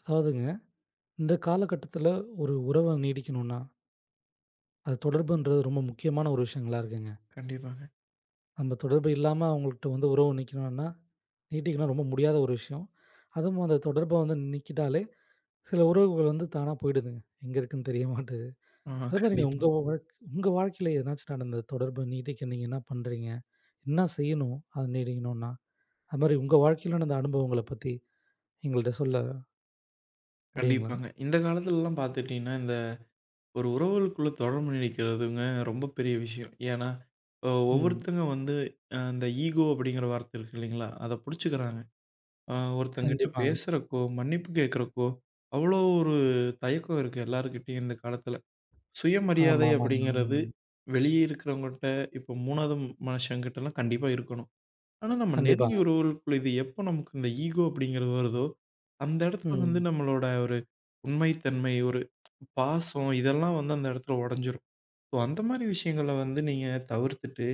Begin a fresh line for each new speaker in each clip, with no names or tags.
அதாவதுங்க, இந்த காலகட்டத்தில ஒரு உறவ நீடிக்கணும்னா, அது தொடர்புன்றது ரொம்ப முக்கியமான ஒரு விஷயங்களா இருக்குங்க.
கண்டிப்பாங்க.
நம்ம தொடர்பு இல்லாம அவங்கள்ட்ட வந்து உறவு நீக்கணும்னா, நீட்டிக்கணும்னா ரொம்ப முடியாத ஒரு விஷயம். அதுவும் அந்த தொடர்ப வந்து நீக்கிட்டாலே, சில உறவுகள் வந்து தானா போயிடுதுங்க. எங்க இருக்குன்னு தெரிய மாட்டுது.
ஆ
அது மாரிங்க
கண்டிப்பா,
உங்க உங்க வாழ்க்கையில எதனாச்சும் நடந்த தொடர்பு நீட்டிக்க நீங்க என்ன பண்றீங்க? என்ன செய்யணும்? அது நீடிக்கணும்னா? அது மாரி உங்க வாழ்க்கையில நடந்த அனுபவங்கள பத்தி எங்கள்ட்ட சொல்ல முடியுங்களா?
கண்டிப்பாங்க. இந்த காலத்துலலாம் பார்த்துட்டீங்கன்னா, இந்த ஒரு உறவுகளுக்குள்ள தொடர்பு நீடிக்கிறதுங்க ரொம்ப பெரிய விஷயம். ஏன்னா,
ம்.
ஒவ்வொருத்தங்க வந்து இந்த ஈகோ அப்படிங்கிற வார்த்தை இருக்கு இல்லைங்களா? அத புடிச்சுக்கிறாங்க. ஒருத்தங்கிட்ட
கண்டிப்பாங்க.
பேசுறக்கோ, மன்னிப்பு கேட்கறக்கோ, அவ்வளோ ஒரு தயக்கம் இருக்கு எல்லார்கிட்டயும் இந்த காலத்துல. சுயமரியாதை
ஆமாமாங்க.
அப்படிங்கிறது வெளிய இருக்கிறவங்கட்ட, இப்போ 3வது மனுஷங்கிட்டலாம் கண்டிப்பா இருக்கணும். ஆனா, நம்ம
கண்டிப்பாங்க.
நெருங்கிய உறவுகளுக்குள்ள இது எப்போ நமக்கு இந்த ஈகோ அப்படிங்கிறது வருதோ, அந்த இடத்துல வந்து
ம்.
நம்மளோட ஒரு உண்மைத்தன்மை, ஒரு பாசம் இதெல்லாம் வந்து அந்த இடத்துல உடைஞ்சிரும். ஸோ, அந்த மாரி விஷயங்கள வந்து நீங்க தவிர்த்துட்டு,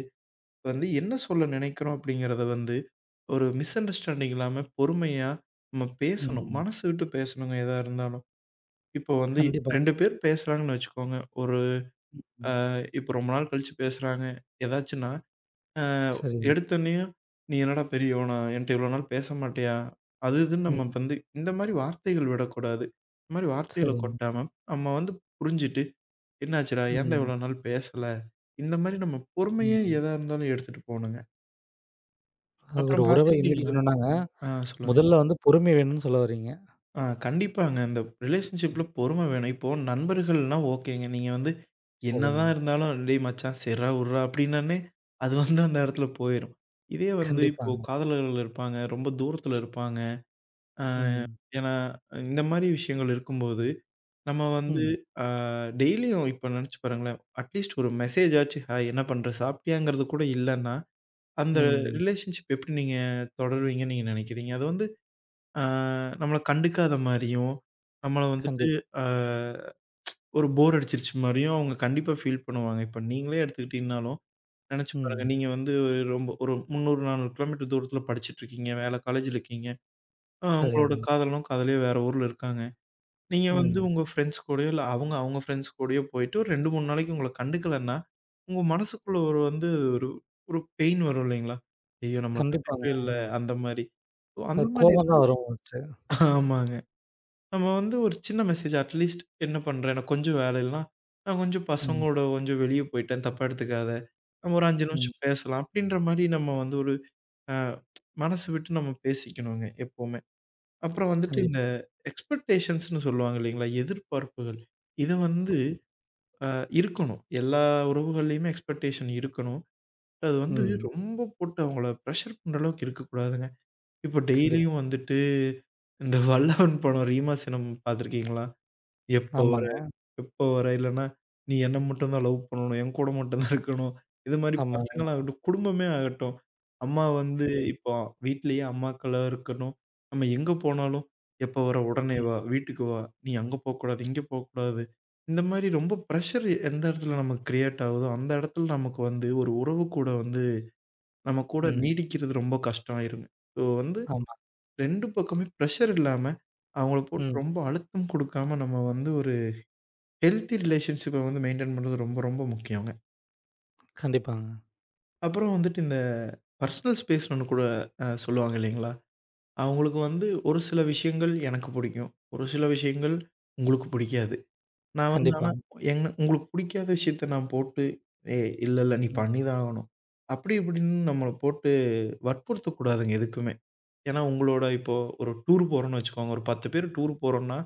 வந்து என்ன சொல்ல நினைக்கிறோம் அப்படிங்கிறத வந்து ஒரு மிஸ் அண்டர்ஸ்டாண்டிங் இல்லாம பொறுமையா நம்ம பேசணும்.
ம்.
மனசு விட்டு பேசணுங்க எதா இருந்தாலும். இப்போ வந்து
கண்டிப்பா.
2 பேர் பேசுறாங்கன்னு வச்சுக்கோங்க. ஒரு அ
ம்.
இப்போ ரொம்ப நாள் கழிச்சு பேசுறாங்க. ஏதாச்சுன்னா அ
சரிங்க.
எடுத்தோனேயும், "நீ என்னடா பெரியவனா? என்ட்ட இவ்வளோ நாள் பேச மாட்டியா?" அது இதுன்னு நம்ம
ம்.
வந்து இந்த மாரி வார்த்தைகள் விடக்கூடாது. இந்த மாரி வார்த்தைகள
சரிங்க.
கொட்டாம, நம்ம வந்து புரிஞ்சுட்டு, "என்னாச்சுடா? ஏன்டா
ம்.
இவ்வளோ நாள் பேசல?" இந்த மாரி நம்ம பொறுமையா
ம்.
எதா இருந்தாலும் எடுத்துட்டு போணுங்க.
அதாவது ஒரு
அப்புறம்
உறவை
பார்த்துக்கிட்டீங்கன்னா
நீடிக்கணும்னா,
ஆ, சொல்லுங்க.
முதல்ல வந்து பொறுமை வேணும்னு சொல்ல வர்றீங்க.
ஆ, கண்டிப்பாங்க. இந்த ரிலேஷன்ஷிப்ல
ம்.
பொறுமை வேணும். இப்போ நண்பர்கள்னா ஓகேங்க. நீங்க வந்து
சரிங்க.
என்னதான் இருந்தாலும், "டேய் மச்சான் சேர்றா, உட்றா" அப்படின்னோனே, அது வந்து அந்த இடத்துல போயிரும். இதே வந்து இப்போ
கண்டிப்பாங்க.
காதலர்கள் இருப்பாங்க, ரொம்ப தூரத்துல இருப்பாங்க. அ
ம்.
ஏன்னா, இந்த மாரி விஷயங்கள் இருக்கும்போது, நம்ம வந்து
ம்.
அ டெய்லியும் இப்போ நெனச்சு பாருங்களேன், அட்லீஸ்ட் ஒரு மெசேஜ் ஆச்சு, "ஹாய் என்ன பண்ற? சாப்பிட்டியாங்கிறது" கூட இல்லன்னா, அந்த
ம்.
ரிலேஷன்ஷிப் எப்படி நீங்க தொடருவீங்கன்னு நீங்க நெனைக்கிறீங்க? அது வந்து ஆ நம்மள கண்டுக்காத மாரியும், நம்மள வந்துட்டு
கண்டிப்
ஆ ஒரு போர் அடிச்சிருச்சு மாரியும் அவங்க கண்டிப்பா ஃபீல் பண்ணுவாங்க. இப்ப நீங்களே எடுத்துக்கிட்டீங்கனாலும், நெனச்சு பாருங்க.
ம்.
நீங்க வந்து ரொம்ப ஒரு 300, 400 கிலோமீட்டர் தூரத்துல படிச்சுட்டுருக்கீங்க. வேற காலேஜ்ல இருக்கீங்க. உங்களோட
சரிங்க.
காதலனும், காதலியும் வேற ஊர்ல இருக்காங்க. நீங்க வந்து
ம்.
உங்க ஃப்ரெண்ட்ஸ் கூடயோ, இல்ல அவங்க ஃப்ரெண்ட்ஸ் கூடயோ போயிட்டு ஒரு 2, 3 நாளைக்கு உங்கள கண்டுக்கலன்னா, உங்க மனசுக்குள்ள ஒரு வந்து ஒரு ஒரு பெயின் வரும் இல்லைங்களா? ஐயோ! நம்மள
கண்டிப்பாங்க.
கண்டுக்கவே இல்ல
ஆ.
அந்த மாரி. ஸோ அந்த
அது
மாரி
கோவம்
இல்ல.
தான் வரும் ஃபர்ஸ்ட்டு.
ஆமாங்க. நம்ம வந்து ஒரு சின்ன மெசேஜ் அட்லீஸ்ட் என்ன பண்றேன் எனக்கு கொஞ்சம் வேலை இல்லனா, நான் கொஞ்சம்
ம்.
பசங்களோட கொஞ்சம் வெளிய போயிட்டேன் தப்பா எடுத்துக்காத. நம்ம ஒரு 5
ம்.
நிமிஷம் பேசலாம் அப்படின்ற மாரி நம்ம வந்து ஒரு அ மனசு விட்டு நம்ம பேசிக்கணுங்க எப்பவுமே. அப்புறம் வந்துட்டு
கண்டிப்
இந்த எக்ஸ்பெக்டேஷன்ஸ்ன்னு சொல்லுவாங்க இல்லைங்களா? எதிர்பார்ப்புகள். இது வந்து அ இருக்கணும். எல்லா உறவுகள்லயுமே எக்ஸ்பெக்டேஷன் இருக்கணும். அது வந்து
ம்.
ரொம்ப போட்டு அவங்கள பிரஷர் பண்ற அளவுக்கு இருக்கக்கூடாதுங்க. இப்போ
கண்டிப்பா.
டெய்லியும் வந்துட்டு இந்த வல்லவன் படம் ரீமா சினம் பார்த்துருக்கீங்களா? எப்போ
ஆமாங்க.
எப்ப வர? இல்லன்னா, நீ என்ன மட்டும் தான் லவ் பண்ணணும். என் கூட மட்டும் தான் இருக்கணும். இது மாரி
ஆமாங்க.
பசங்களாகட்டும், குடும்பமே ஆகட்டும். அம்மா வந்து
ம்.
இப்போ வீட்லயே அம்மாக்களா இருக்கணும். நம்ம எங்க போனாலும், "எப்ப வர? உடனே
ம்.
வா. வீட்டுக்கு வா. நீ அங்க போக்கூடாது. இங்க போக்கூடாது." இந்த மாரி ரொம்ப பிரஷர் எந்த இடத்துல நமக்கு கிரியேட் ஆகுதோ, அந்த இடத்துல நமக்கு வந்து ஒரு உறவு கூட வந்து நம்ம கூட
ம்.
நீடிக்கிறது ரொம்ப கஷ்டம் ஆயிருங்க. ஸோ வந்து
ஆமா.
2 பக்கமே பிரஷர் இல்லாம, அவங்கள போட்டு
ம்.
ரொம்ப அழுத்தம் குடுக்காம நம்ம வந்து ஒரு ஹெல்த்தி ரிலேஷன்ஷிப்ப வந்து மெயின்டெயின் பண்றது ரொம்ப, ரொம்ப முக்கியங்க.
கண்டிப்பாங்க.
அப்புறம் வந்துட்டு இந்த பர்சனல் ஸ்பேஸ்ன்னு ஒண்ணு கூட சொல்லுவாங்க இல்லைங்களா? அவங்களுக்கு வந்து ஒரு சில விஷயங்கள் எனக்கு பிடிக்கும். ஒரு சில விஷயங்கள் உங்களுக்கு பிடிக்காது. நான் வந்து
கண்டிப்பா.
ஆனா என்ன உங்களுக்கு பிடிக்காத விஷயத்த நான் போட்டு, "ஏய் இல்ல, இல்ல நீ
ம்.
பண்ணிதான் ஆகணும்." அப்படி இப்படின்னு நம்மள போட்டு வற்புறுத்தக்கூடாதுங்க எதுக்குமே. ஏன்னா உங்களோட இப்போ ஒரு டூர் போறோம்ன்னு வச்சுக்கோங்க. ஒரு 10 பேர் டூர் போறோம்ன்னா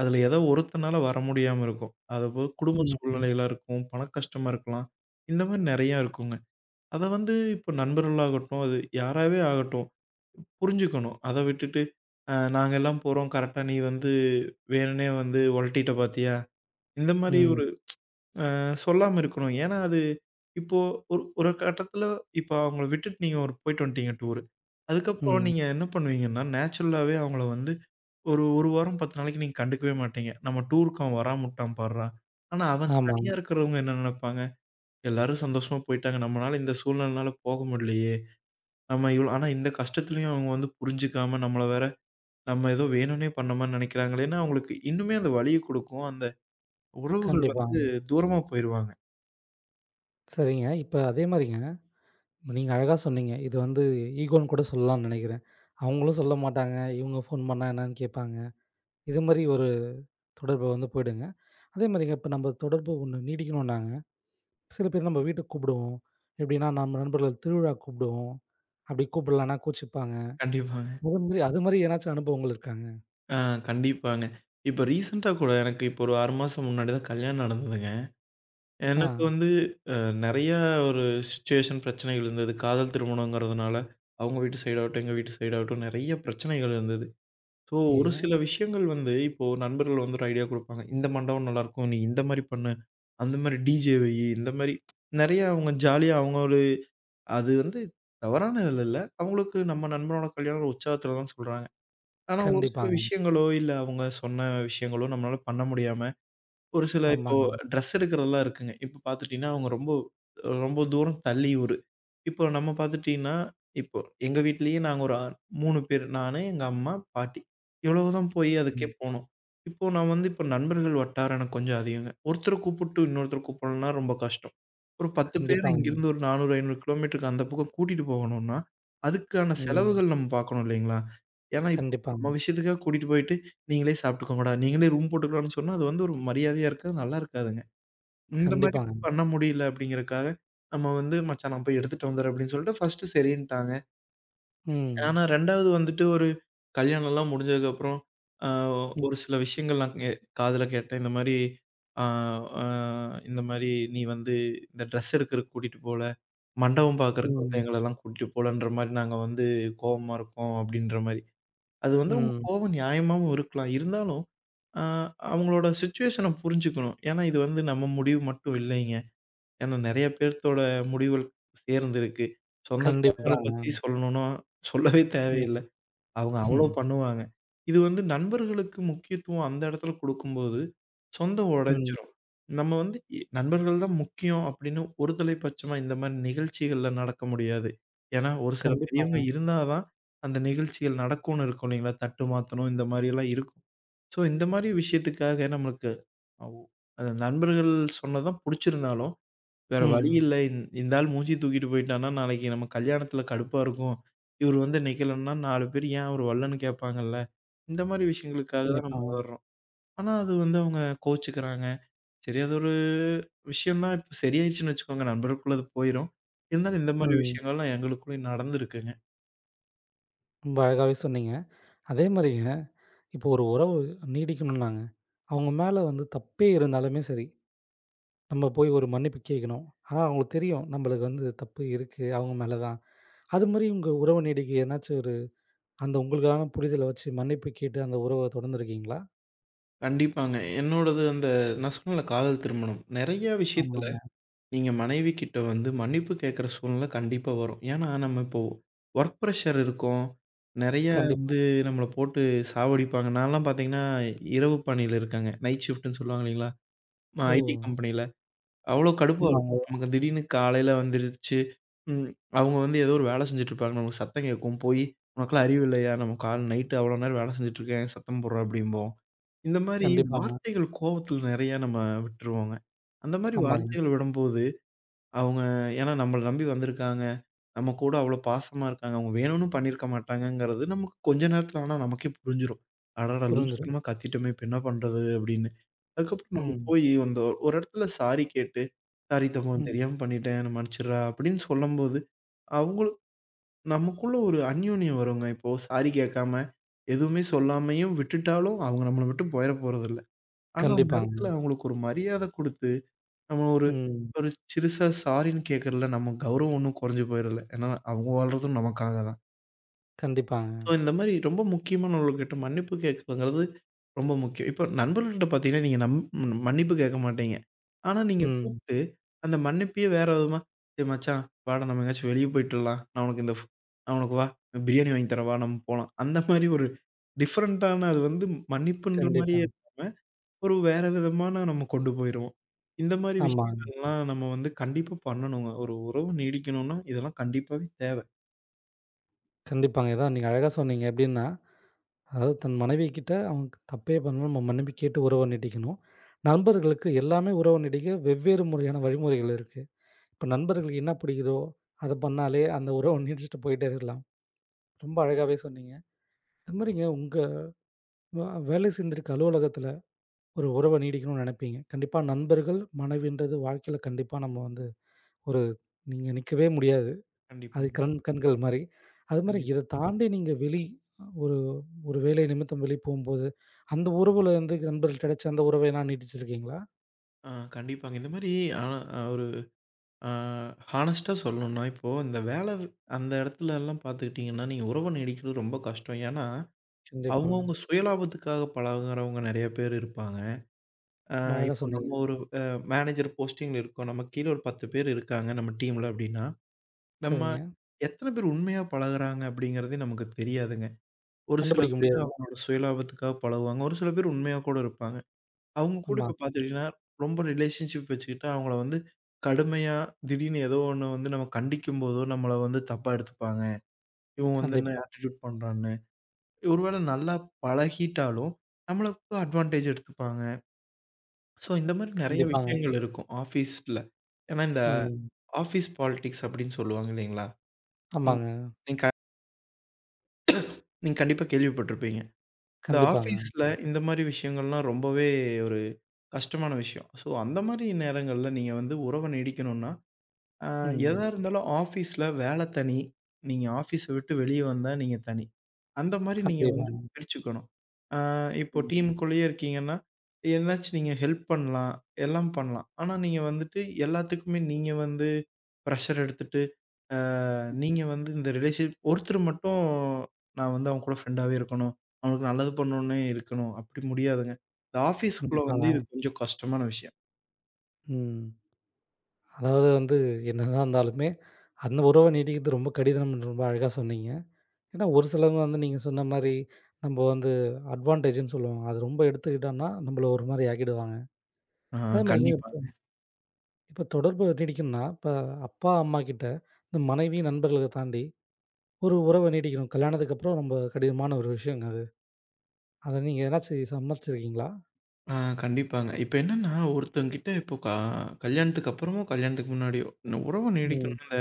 அதுல ஏதோ ஒருத்தனால வர முடியாம இருக்கும். அதுபோக குடும்ப
ம்.
சூழ்நிலைகளா இருக்கும், பண கஷ்டமா இருக்கலாம். இந்த மாரி நெறையா இருக்குங்க. அத வந்து இப்போ நண்பர்களாகட்டும், அது யாராவே ஆகட்டும் புரிஞ்சுக்கணும். அத விட்டுட்டு, நாங்க எல்லாம் போறோம் கரெக்ட்டா நீ வந்து வேணுன்னே வந்து ஒலட்டிட்ட பாத்தியா? இந்த மாரி
ம்.
ஒரு சொல்லாம இருக்கணும். ஏன்னா அது இப்போ ஒரு ஒரு கட்டத்துல இப்போ அவங்கள விட்டுட்டு நீங்க ஒரு போயிட்டு வந்துட்டீங்க டூரு. அதுக்கப்புறம்
ம்.
நீங்க என்ன பண்ணுவீங்கன்னா, நேச்சுரலாவே அவங்கள வந்து ஒரு 1 வாரம் 10 நாளைக்கு நீங்க கண்டுக்கவே மாட்டீங்க. நம்ம டூருக்கு அவன் வராமவுட்டான் பார்றா! ஆனா அவன்
ஆமாங்க.
தனியா இருக்கிறவங்க என்ன நெனைப்பாங்க? எல்லாரும் சந்தோஷமா போயிட்டாங்க. நம்மனால இந்த சூழ்நிலைனால போக முடியலையே! நம்ம இவ்ளோ ஆனா இந்த கஷ்டத்துலயும் அவங்க வந்து புரிஞ்சுக்காம நம்மள வேற நம்ம ஏதோ வேணும்னே பண்ண மாரி நெனைக்கிறாங்களேன்னு அவங்களுக்கு இன்னுமே அந்த வலிய குடுக்கும். அந்த உறவுகள்
கண்டிப்பா.
வந்து தூரமா போயிருவாங்க.
சரிங்க. இப்ப அதே மாரிங்க, நீங்க அழகா சொன்னீங்க. இது வந்து ஈகோன்னு கூட சொல்லலாம்னு நெனைக்கிறேன். அவங்களும் சொல்ல மாட்டாங்க. இவங்க ஃபோன் பண்ணா என்னன்னு கேட்பாங்க. இது மாரி ஒரு தொடர்பு வந்து போயிடுங்க. அதே மாரிங்க இப்ப நம்ம தொடர்பு ஒண்ணு நீடிக்கணும்னாங்க, சில பேர் நம்ம வீட்டுக்கு கூப்பிடுவோம். எப்படின்னா, நம்ம நண்பர்கள் திருவிழாக்கு கூப்பிடுவோம். அப்படி கூப்பிடலன்னா கோச்சிப்பாங்க.
கண்டிப்பாங்க.
அது மாரி ஏதனாச்சும் அனுபவங்கள் இருக்காங்க?
ஆ கண்டிப்பாங்க. இப்ப ரீசென்ட்டா கூட எனக்கு இப்ப ஒரு 6 மாசம் முன்னாடி தான் கல்யாணம் நடந்ததுங்க.
ஆ.
எனக்கு வந்து நெறைய ஒரு சிச்சுவேஷன் பிரச்சனைகள் இருந்தது. காதல் திருமணங்கிறதுனால, அவங்க வீட்டு சைடு ஆகட்டும், எங்க வீட்டு சைடு ஆகட்டும் நெறைய பிரச்சனைகள் இருந்தது. ஸோ ஒரு
ஐயய்யோ!
சில விஷயங்கள் வந்து இப்போ நண்பர்கள் வந்து ஒரு ஐடியா குடுப்பாங்க. இந்த மண்டபம் நல்லாயிருக்கும். நீ இந்த மாரி பண்ணு. அந்த மாரி டிஜே வையி. இந்த மாரி நெறைய அவங்க ஜாலியா அவங்க ஒரு அது வந்து தவறானதுல இல்ல. அவங்களுக்கு நம்ம நண்பனோட கல்யாணம் ஒரு உற்சாகத்துல தான் சொல்றாங்க. ஆனா ஒரு சில
கண்டிப்பாங்க.
விஷயங்களோ, இல்ல அவங்க சொன்ன விஷயங்களோ நம்மளால பண்ண முடியாம ஒரு சில இப்போ
ஆமாங்க.
ட்ரெஸ் எடுக்கிறதெல்லாம் இருக்குங்க. இப்ப பார்த்துட்டீங்கன்னா, அவங்க ரொம்ப ரொம்ப தூரம் தள்ளி ஊரு. இப்போ நம்ம பார்த்துட்டீங்கன்னா, இப்போ எங்க வீட்லயே நாங்க ஒரு 3 பேர். நானு, எங்க அம்மா, பாட்டி. இவ்வளவுதான் போய் அதுக்கே
ம்.
போனோம். இப்போ நான் வந்து இப்போ நண்பர்கள் வட்டாரம் எனக்கு கொஞ்சம் அதிகங்க. ஒருத்தர கூப்பிட்டு இன்னொருத்தர கூப்பிடணும்னா ரொம்ப கஷ்டம். ஒரு 10 பேர்
கண்டிப்பாங்க.
இங்கிருந்து ஒரு 400, 500 கிலோமீட்டருக்கு அந்த பக்கம் கூட்டிட்டு போகணும்னா, அதுக்கான
ம்.
செலவுகள் நம்ம பார்க்கணும் இல்லைங்களா? ஏன்னா இப்போ
கண்டிப்பாங்க.
நம்ம விஷயத்துக்காக கூட்டிட்டு போயிட்டு நீங்களே சாப்பிட்டுக்கோங்கடா, நீங்களே ரூம் போட்டுக்கலாம்னு சொன்னா, அது வந்து ஒரு மரியாதையா இருக்காது. நல்லா இருக்காதுங்க. இந்த மாரி
கண்டிப்பாங்க.
பண்ண முடியல அப்படிங்கிறக்காக, நம்ம வந்து மச்சான் நான் போய் எடுத்துட்டு வந்துர்றேன் அப்படின்னு சொல்லிட்டு ஃபர்ஸ்ட் சரின்ட்டாங்க.
ம்.
ஆனா 2வது வந்துட்டு ஒரு கல்யாணம்லாம் முடிஞ்சதுக்கப்புறம், ஆ
ம்.
ஒரு சில விஷயங்கள் நான் காதுல கேட்டேன். இந்த மாரி, ஆ ஆ இந்த மாரி நீ வந்து இந்த ட்ரெஸ் எடுக்கறக்கு கூட்டிட்டு போல, மண்டபம் பார்க்கறக்கு வந்து
ம்.
எங்களலாம் கூட்டிட்டு போலன்ற மாரி நாங்க வந்து கோவமா இருக்கோம் அப்படின்ற மாரி. அது வந்து உங்க
ம்.
கோவம் நியாயமாவும் இருக்கலாம். இருந்தாலும் ஆ அவங்களோட சிச்சுவேஷன புரிஞ்சுக்கணும். ஏன்னா இது வந்து நம்ம முடிவு மட்டும் இல்லைங்க. ஏன்னா நெறைய பேர்த்தோட முடிவுகள் சேர்ந்திருக்கு. சொந்தக்காரங்கள
கண்டிப்பாங்க.
பத்தி சொல்லணும்னா சொல்லவே
ம்.
தேவையில்ல. அவங்க அவ்ளோ பண்ணுவாங்க. இது வந்து நண்பர்களுக்கு முக்கியத்துவம் அந்த இடத்துல குடுக்கும்போது, சொந்தம்
ம்.
உடைஞ்சிரும். நம்ம வந்து நண்பர்கள் தான் முக்கியம் அப்படின்னு ஒரு தலைப்பட்சமா இந்த மாரி நிகழ்ச்சிகள்ல நடக்க முடியாது. ஏன்னா ஒரு சில பெரியவங்க
கண்டிப்பாங்க.
இருந்தா தான் அந்த நிகழ்ச்சிகள் நடக்கும்னு இருக்கும் இல்லைங்களா? தட்டு மாத்தணும் இந்த மாரியெல்லாம் இருக்கும். ஸோ, இந்த மாரி விஷயத்துக்காக நம்மளுக்கு அவ் அது நண்பர்கள் சொன்னது தான் புடிச்சிருந்தாலும், வேற வழி
ம்.
இல்ல. இந்த ஆள் மூஞ்சிய தூக்கிட்டு போயிட்டான்னா, நாளைக்கு நம்ம கல்யாணத்துல கடுப்பா இருக்கும். இவரு வந்து நிக்கலன்னா 4 பேர் ஏன் அவரு வரலன்னு கேட்பாங்கல்ல. இந்த மாரி விஷயங்களுக்காக தான் நம்ம
கண்டிப்பாங்க.
உதர்றோம். ஆனா அது வந்து அவங்க கோவிச்சுக்கிறாங்க. சரி அது ஒரு விஷயம் தான். இப்ப சரியாயிருச்சுன்னு வச்சுக்கோங்க. நண்பருக்குள்ள அது போயிரும். இருந்தாலும் இந்த மாரி
ம்.
விஷயங்கள்லாம் எங்களுக்குள்ளயும் நடந்திருக்குங்க.
ரொம்ப அழகாவே சொன்னீங்க. அதே மாரிங்க, இப்போ ஒரு உறவு நீடிக்கணும்னாங்க, அவங்க மேல வந்து தப்பே இருந்தாலுமே சரி, நம்ம போய் ஒரு மன்னிப்பு கேட்கணும். ஆனா, அவங்களுக்கு தெரியும் நம்மளுக்கு வந்து தப்பு இருக்கு அவங்க மேல தான். அது மாரி உங்க உறவு நீடிக்க ஏதனாச்சும் ஒரு அந்த உங்களுக்கான புரிதல வச்சு மன்னிப்பு கேட்டு அந்த உறவ தொடர்ந்துருக்கீங்களா?
கண்டிப்பாங்க. என்னோடது அந்த நான் சொன்னேன்ல காதல் திருமணம். நெறைய விஷயத்துல
ஆமாங்க.
நீங்க மனைவிகிட்ட வந்து மன்னிப்பு கேட்கிற சூழ்நிலை கண்டிப்பா வரும். ஏன்னா, நம்ம இப்போ ஒர்க் பிரஷர் இருக்கும். நெறைய
கண்டிப்பா.
வந்து நம்மள போட்டு சாவடிப்பாங்க. நான்லாம் பார்த்தீங்கன்னா, இரவு பணியில இருக்கேங்க. நைட் ஷிஃப்ட்ன்னு சொல்லுவாங்க இல்லைங்களா?
ஓ!
ஐடி கம்பெனியில. அவ்ளோ கடுப்பா
ஆமாங்க.
இருக்கும். நமக்கு திடீர்னு காலையில வந்துருச்சு, ம் அவங்க வந்து ஏதோ ஒரு வேலை செஞ்சுட்டு இருப்பாங்க. நமக்கு சத்தம் கேட்கும். போய் "உனக்கெல்லாம் அறிவு இல்லையா? நம்ம கால் நைட்டு அவ்வளோ நேரம் வேலை செஞ்சுட்டு இருக்கேன், சத்தம் போடுற" அப்படிம்போம். இந்த மாரி
கண்டிப்பாங்க.
வார்த்தைகள் கோவத்தில நெறையா நம்ம விட்டுருவோங்க. அந்த மாரி
ஆமாங்க.
வார்த்தைகள் விடும்போது அவங்க ஏன்னா நம்மள நம்பி வந்திருக்காங்க. நம்ம கூட அவ்ளோ பாசமா இருக்காங்க. அவங்க வேணும்னு பண்ணியிருக்க மாட்டாங்கங்கிறது நமக்கு கொஞ்ச நேரத்துல ஆனா நமக்கே புரிஞ்சிரும். அடடா!
புரிஞ்சிரும்.
லூசுத்தனமா கத்திட்டோமே! இப்ப என்ன பண்றது? அப்படின்னு. அதுக்கப்புறம் நம்ம
ம்.
போய் அந்த ஒரு ஒரு இடத்துல சாரி கேட்டு, சாரி தம்பா
ம்.
தெரியாம பண்ணிட்டேன். என்ன மன்னிச்சிடுறா அப்படின்னு சொல்லும்போது, அவங்களும் நமக்குள்ள ஒரு அந்யோன்யம் வருங்க. இப்போ சாரி கேட்காம, எதுவுமே சொல்லாமயும் விட்டுட்டாலும் அவங்க நம்மள விட்டு போயிற போறதில்ல. ஆனா அந்த
கண்டிப்பாங்க.
இடத்துல அவங்களுக்கு ஒரு மரியாதை குடுத்து நம்ம ஒரு
ம்.
ஒரு சிறுசா சாரின்னு கேட்கறதுல நம்ம கௌரவம் ஒண்ணும் குறைஞ்சு போயிடல. ஏன்னா, அவங்க வாழ்றதும் நமக்காக தான்.
கண்டிப்பாங்க.
ஸோ, இந்த மாரி ரொம்ப முக்கியமானவங்கள்கிட்ட மன்னிப்பு கேட்கறதுங்கிறது ரொம்ப முக்கியம். இப்போ நண்பர்கள்ட்ட பார்த்தீங்கன்னா, நீங்க மன்னிப்பு கேட்க மாட்டீங்க. ஆனா, நீங்க
ம்.
கூப்பிட்டு அந்த மன்னிப்பையே வேற விதமா, "டேய் மச்சான் வாடா நம்ம எங்கேயாச்சும் வெளிய போயிட்டுரலாம். நான் உனக்கு இந்த நான் உனக்கு பிரியாணி வாங்கி தரேன் வா நம்ம போலாம்." அந்த மாரி ஒரு டிஃபரண்ட்டான அது வந்து மன்னிப்புன்ற மாரியே
கண்டிப்பா.
இல்லாம ஒரு வேற விதமான நம்ம கொண்டு போயிருவோம். இந்த மாரி
ஆமாங்க.
விஷயங்கள்லாம் நம்ம வந்து கண்டிப்பா பண்ணணுங்க. ஒரு உறவு நீடிக்கணும்னா, இதெல்லாம் கண்டிப்பாவே தேவ.
கண்டிப்பாங்க. இதான் நீங்க அழகா சொன்னீங்க. எப்படின்னா, அதாவது தன் மனைவிகிட்ட அவங்க தப்பே பண்ணாலும் நம்ம மன்னிப்பு கேட்டு உறவ நீட்டிக்கணும். நண்பர்களுக்கு எல்லாமே உறவ நீட்டிக்க வெவ்வேறு முறையான வழிமுறைகள் இருக்கு. இப்ப நண்பர்களுக்கு என்ன பிடிக்குதோ, அத பண்ணாலே அந்த உறவ நீட்டிச்சுட்டு போயிட்டே இருக்கலாம். ரொம்ப அழகாவே சொன்னீங்க. அது மாரிங்க உங்க வ வேலை செஞ்சிருக்க அலுவலகத்துல ஒரு உறவ நீடிக்கணும்னு நெனைப்பீங்க. கண்டிப்பா நண்பர்கள், மனைவின்றது வாழ்க்கையில கண்டிப்பா நம்ம வந்து ஒரு நீங்க நிக்கவே முடியாது. அது
கண்டிப்பாங்க.
கண் கண்கள் மாரி. அது மாரி
கண்டிப்பா.
இத தாண்டி நீங்க ஒரு ஒரு வேலை நிமித்தம் வெளிய போம்போது, அந்த உறவுல வந்து நண்பர்கள் கிடைச்ச அந்த உறவை எல்லாம் நீட்டிச்சிருக்கீங்களா?
ஆ கண்டிப்பாங்க. இந்த மாரி ஆனா ஒரு ஆ ஹானஸ்ட்டா சொல்லணும்னா, இப்போ இந்த வேல அந்த இடத்துலலாம் பார்த்துக்கிட்டீங்கன்னா, நீங்க உறவ நீடிக்கிறது ரொம்ப கஷ்டம். ஏன்னா,
கண்டிப்பா.
அவங்கவங்க சுயலாபத்துக்காக பழகுறவங்க நெறைய பேர் இருப்பாங்க. ஆ
ரொம்ப அழகா
இப்போ நம்ம
சொன்னீங்க.
ஒரு அ மேனேஜர் போஸ்டிங்ல இருக்கோம். நமக்கு கீழ ஒரு 10 பேர் இருக்காங்க நம்ம டீம்ல அப்டின்னா நம்ம
சரிங்க.
எத்தன பேர் உண்மையா பழகுறாங்க அப்படிங்கிறதே நமக்கு தெரியாதுங்க. ஒரு சில
கண்டுபிடிக்க
பேர்
முடியாது.
அவங்களோட சுயலாபத்துக்காக பழகுவாங்க. ஒரு சில பேர் உண்மையா கூட இருப்பாங்க. அவங்க கூட
ஆமா.
இப்ப பார்த்துக்கிட்டீங்கன்னா, ரொம்ப ரிலேஷன்ஷிப் வச்சுக்கிட்டு அவங்கள வந்து கடுமையா திடீர்னு ஏதோ ஒண்ணு வந்து நம்ம கண்டிக்கும்போதோ, நம்மள வந்து தப்பா எடுத்துப்பாங்க. இவன் வந்து என்ன
கண்டிப்பா,
ஆட்டிட்யூட் பண்றான்னு. ஒருவேள நல்லா பழகிட்டாலும், நம்மளுக்கு அட்வான்டேஜ் எடுத்துப்பாங்க. ஸோ இந்த மாரி நெறைய
கண்டிப்பாங்க.
விஷயங்கள் இருக்கும் ஆஃபீஸ்ல. ஏன்னா இந்த
ம்.
ஆஃபீஸ் பாலிடிக்ஸ் அப்படின்னு சொல்லுவாங்க இல்லைங்களா? நீங்
ஆமாங்க.
நீங்க நீங்க கண்டிப்பா கேள்விப்பட்டிருப்பீங்க. இந்த
கண்டிப்பாங்க.
ஆஃபீஸ்ல இந்த மாரி விஷயங்கள்லாம் ரொம்பவே ஒரு கஷ்டமான விஷயம். ஸோ, அந்த மாரி நேரங்கள்ல நீங்க வந்து உறவ நீடிக்கணும்னா, அ
ம்.
எதா இருந்தாலும் ஆஃபீஸ்ல வேலை தனி, நீங்க ஆஃபீஸ விட்டு வெளிய வந்தா நீங்க தனி. அந்த மாரி நீங்க
கண்டிப்பா.
வந்து பிரிச்சுக்கணும். அ இப்போ
ம்.
டீமுக்குள்ளேயே இருக்கீங்கன்னா, என்னாச்சும் நீங்க ஹெல்ப் பண்ணலாம், எல்லாம் பண்ணலாம். ஆனா, நீங்க வந்துட்டு எல்லாத்துக்குமே நீங்க வந்து ப்ரஷர் எடுத்துட்டு ஆ நீங்க வந்து இந்த ரிலேஷன்ஷிப் ஒருத்தர் மட்டும் நான் வந்து அவங்க கூட ஃப்ரெண்டாவே இருக்கணும். அவங்களுக்கு நல்லது பண்ணணுன்னே இருக்கணும். அப்படி முடியாதுங்க. இந்த ஆஃபீஸ்க்குள்ள வந்து இது
கண்டிப்பாங்க.
கொஞ்சம் கஷ்டமான விஷயம்.
ம். அதாவது வந்து என்னதான் இருந்தாலுமே, அந்த உறவ நீட்டிக்கிறது ரொம்ப கடினம் ரொம்ப அழகா சொன்னீங்க. ஏன்னா, ஒரு சிலவங்க வந்து நீங்க சொன்ன மாரி, நம்ப வந்து அட்வான்டேஜ்ன்னு சொல்லுவோம். அது ரொம்ப எடுத்துக்கிட்டோம்னா, நம்பள ஒரு மாரி ஆக்கிடுவாங்க.
ஆ
அதே மாரிங்க இப்ப
கண்டிப்பாங்க.
இப்ப தொடர்பு நீடிக்கணும்னா, இப்ப அப்பா, அம்மா கிட்ட இந்த மனைவி, நண்பர்கள தாண்டி ஒரு உறவ நீடிக்கணும். கல்யாணத்துக்கு அப்புறம் ரொம்ப கடினமான ஒரு விஷயங்க அது. அத நீங்க எதனாச்சு சமாளிச்சிருக்கீங்களா?
ஆ கண்டிப்பாங்க. இப்ப என்னன்னா ஒருத்தவங்ககிட்ட இப்போ கல்யாணத்துக்கு அப்புறமோ, கல்யாணத்துக்கு முன்னாடியோ, இந்த உறவு
ம்.
நீடிக்கணும்னா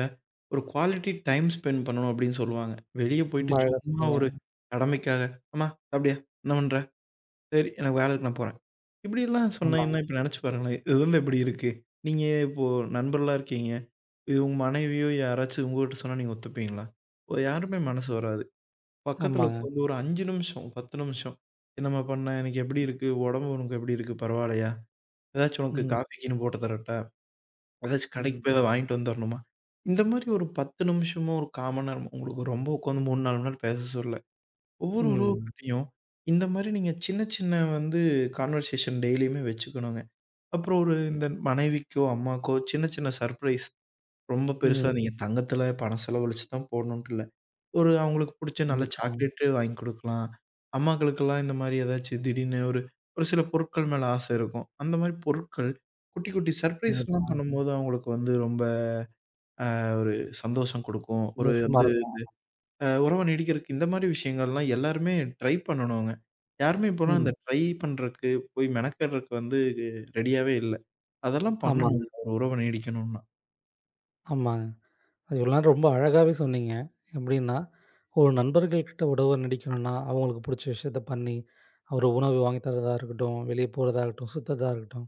ஒரு குவாலிட்டி டைம் ஸ்பெண்ட் பண்ணணும் அப்படின்னு சொல்லுவாங்க. வெளிய போயிட்டு
ரொம்ப அழகா
சும்மா
சொன்னீங்க.
ஒரு கடமைக்காக, "அம்மா சாப்பிட்டியா? என்ன பண்ற?" சரி. எனக்கு வேலை இருக்கு நான் போறேன். இப்படியெல்லாம்
ஆமாங்க,
சொன்னீங்கன்னா, இப்ப நினைச்சு பாருங்களேன். இது வந்து எப்படி இருக்கு? நீங்க இப்போ நண்பர்களா இருக்கீங்க. இது உங்க மனைவியோ யாராச்சும் உங்ககிட்ட சொன்னா நீங்க ஒத்துப்பீங்களா? ஒ, யாருமே மனசு வராது. பக்கத்துல
ஆமாங்க.
உட்காந்து ஒரு 5 நிமிஷம், 10 நிமிஷம். என்னம்மா பண்ண? இன்னைக்கு எப்படி இருக்கு? உடம்பு உனக்கு எப்படி இருக்கு? பரவாயில்லையா? ஏதாச்சும் உனக்கு
ம்,
காஃபி கீன்னு போட்டு தரட்டா? ஏதாச்சும் கடைக்கு
ம்,
போய் ஏதாவது வாங்கிட்டு வந்து தரணுமா? இந்த மாரி ஒரு 10 நிமிஷமோ, ஒரு 1/4 மணி நேரமோ உங்களுக்கு ரொம்ப உட்காந்து 3, 4 மணி நேரம் பேச சொல்லல. ஒவ்வொரு
ம்,
உறவுக்கிட்டயும், இந்த மாரி நீங்க சின்ன சின்ன வந்து கான்வர்சேஷன் டெய்லியுமே வச்சுக்கணுங்க. அப்புறம் ஒரு இந்த மனைவிக்கோ, அம்மாக்கோ சின்ன சின்ன சர்ப்ரைஸ். ரொம்ப பெருசா
ம்.
நீங்க தங்கத்துல பணம் செலவழிச்சு தான் போடணுன்ட்டு இல்ல. ஒரு அவங்களுக்கு புடிச்ச நல்ல
கண்டிப்பாங்க,
சாக்லேட்டு வாங்கி குடுக்கலாம். அம்மாக்களுக்கெல்லாம் இந்த மாரி ஏதாச்சும் திடீர்னு ஒரு ஒரு சில பொருட்கள் மேல ஆசை இருக்கும். அந்த மாரி பொருட்கள் குட்டி குட்டி சர்ப்ரைஸ்லாம்
கண்டிப்பாங்க.
பண்ணும்போது அவங்களுக்கு வந்து ரொம்ப அ ஒரு சந்தோஷம் குடுக்கும். ஒரு
சந்தோஷமா இருக்கும்.
உறவ நீடிக்கிறதுக்கு இந்த மாரி விஷயங்கள்லாம் எல்லாருமே ட்ரை பண்ணணுங்க. யாருமே இப்போலாம்
ம்.
அந்த ட்ரை பண்றக்கு, போய் மெனக்கெடுறக்கு வந்து ரெடியாவே இல்ல. அதெல்லாம்
ஆமாங்க,
பண்ணணுங்க ஒரு உறவு நீடிக்கணும்னா.
ஆமாங்க. அது இவ்வளோ நேரம் ரொம்ப அழகாவே சொன்னீங்க. எப்படின்னா, ஒரு நண்பர்கள்கிட்ட உறவ நீடிக்கணும்னா, அவங்களுக்கு புடிச்ச விஷயத்த பண்ணி, ஒரு உணவு வாங்கி தரதா இருக்கட்டும், வெளியே போறதா இருக்கட்டும், சுத்துறதா இருக்கட்டும்.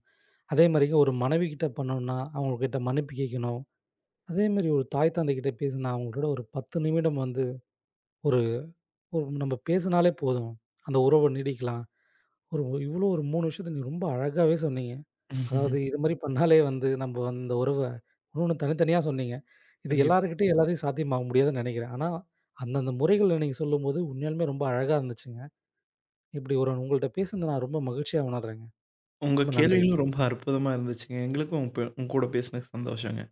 அதேமாரி ஒரு மனைவிகிட்ட பண்ணணும்னா, அவங்ககிட்ட மன்னிப்பு கேட்கணும். அதேமாரி ஒரு தாய், தந்தைகிட்ட பேசினா, அவங்களோட ஒரு 10 நிமிடம் வந்து ஒரு ஒரு நம்ம பேசினாலே போதும். அந்த உறவு நீடிக்கலாம். ஒரு இவ்வளோ ஒரு 3 விஷயத்த நீங்க ரொம்ப அழகாவே சொன்னீங்க. அதாவது இது மாரி பண்ணாலே வந்து நம்ப அந்த உறவ ஒன்னொன்னு தனித்தனியா சொன்னீங்க. இது
கண்டிப்பா.
எல்லார்கிட்டயும் எல்லாத்தையும் சாத்தியமாக்க முடியாதுன்னு நெனைக்கிறேன். ஆனா, அந்தந்த முறைகள நீங்க சொல்லும்போது உண்மையாலுமே ரொம்ப அழகா இருந்துச்சுங்க. இப்படி ஒரு உங்கள்ட்ட பேசுனது நான் ரொம்ப மகிழ்ச்சியா உணர்றேங்க.
உங்க
ரொம்ப
கேள்விகளும்
நன்றி.
ரொம்ப அற்புதமா இருந்துச்சுங்க. எங்களுக்கும் உங்க உங்க கூட பேசினது சந்தோஷங்க.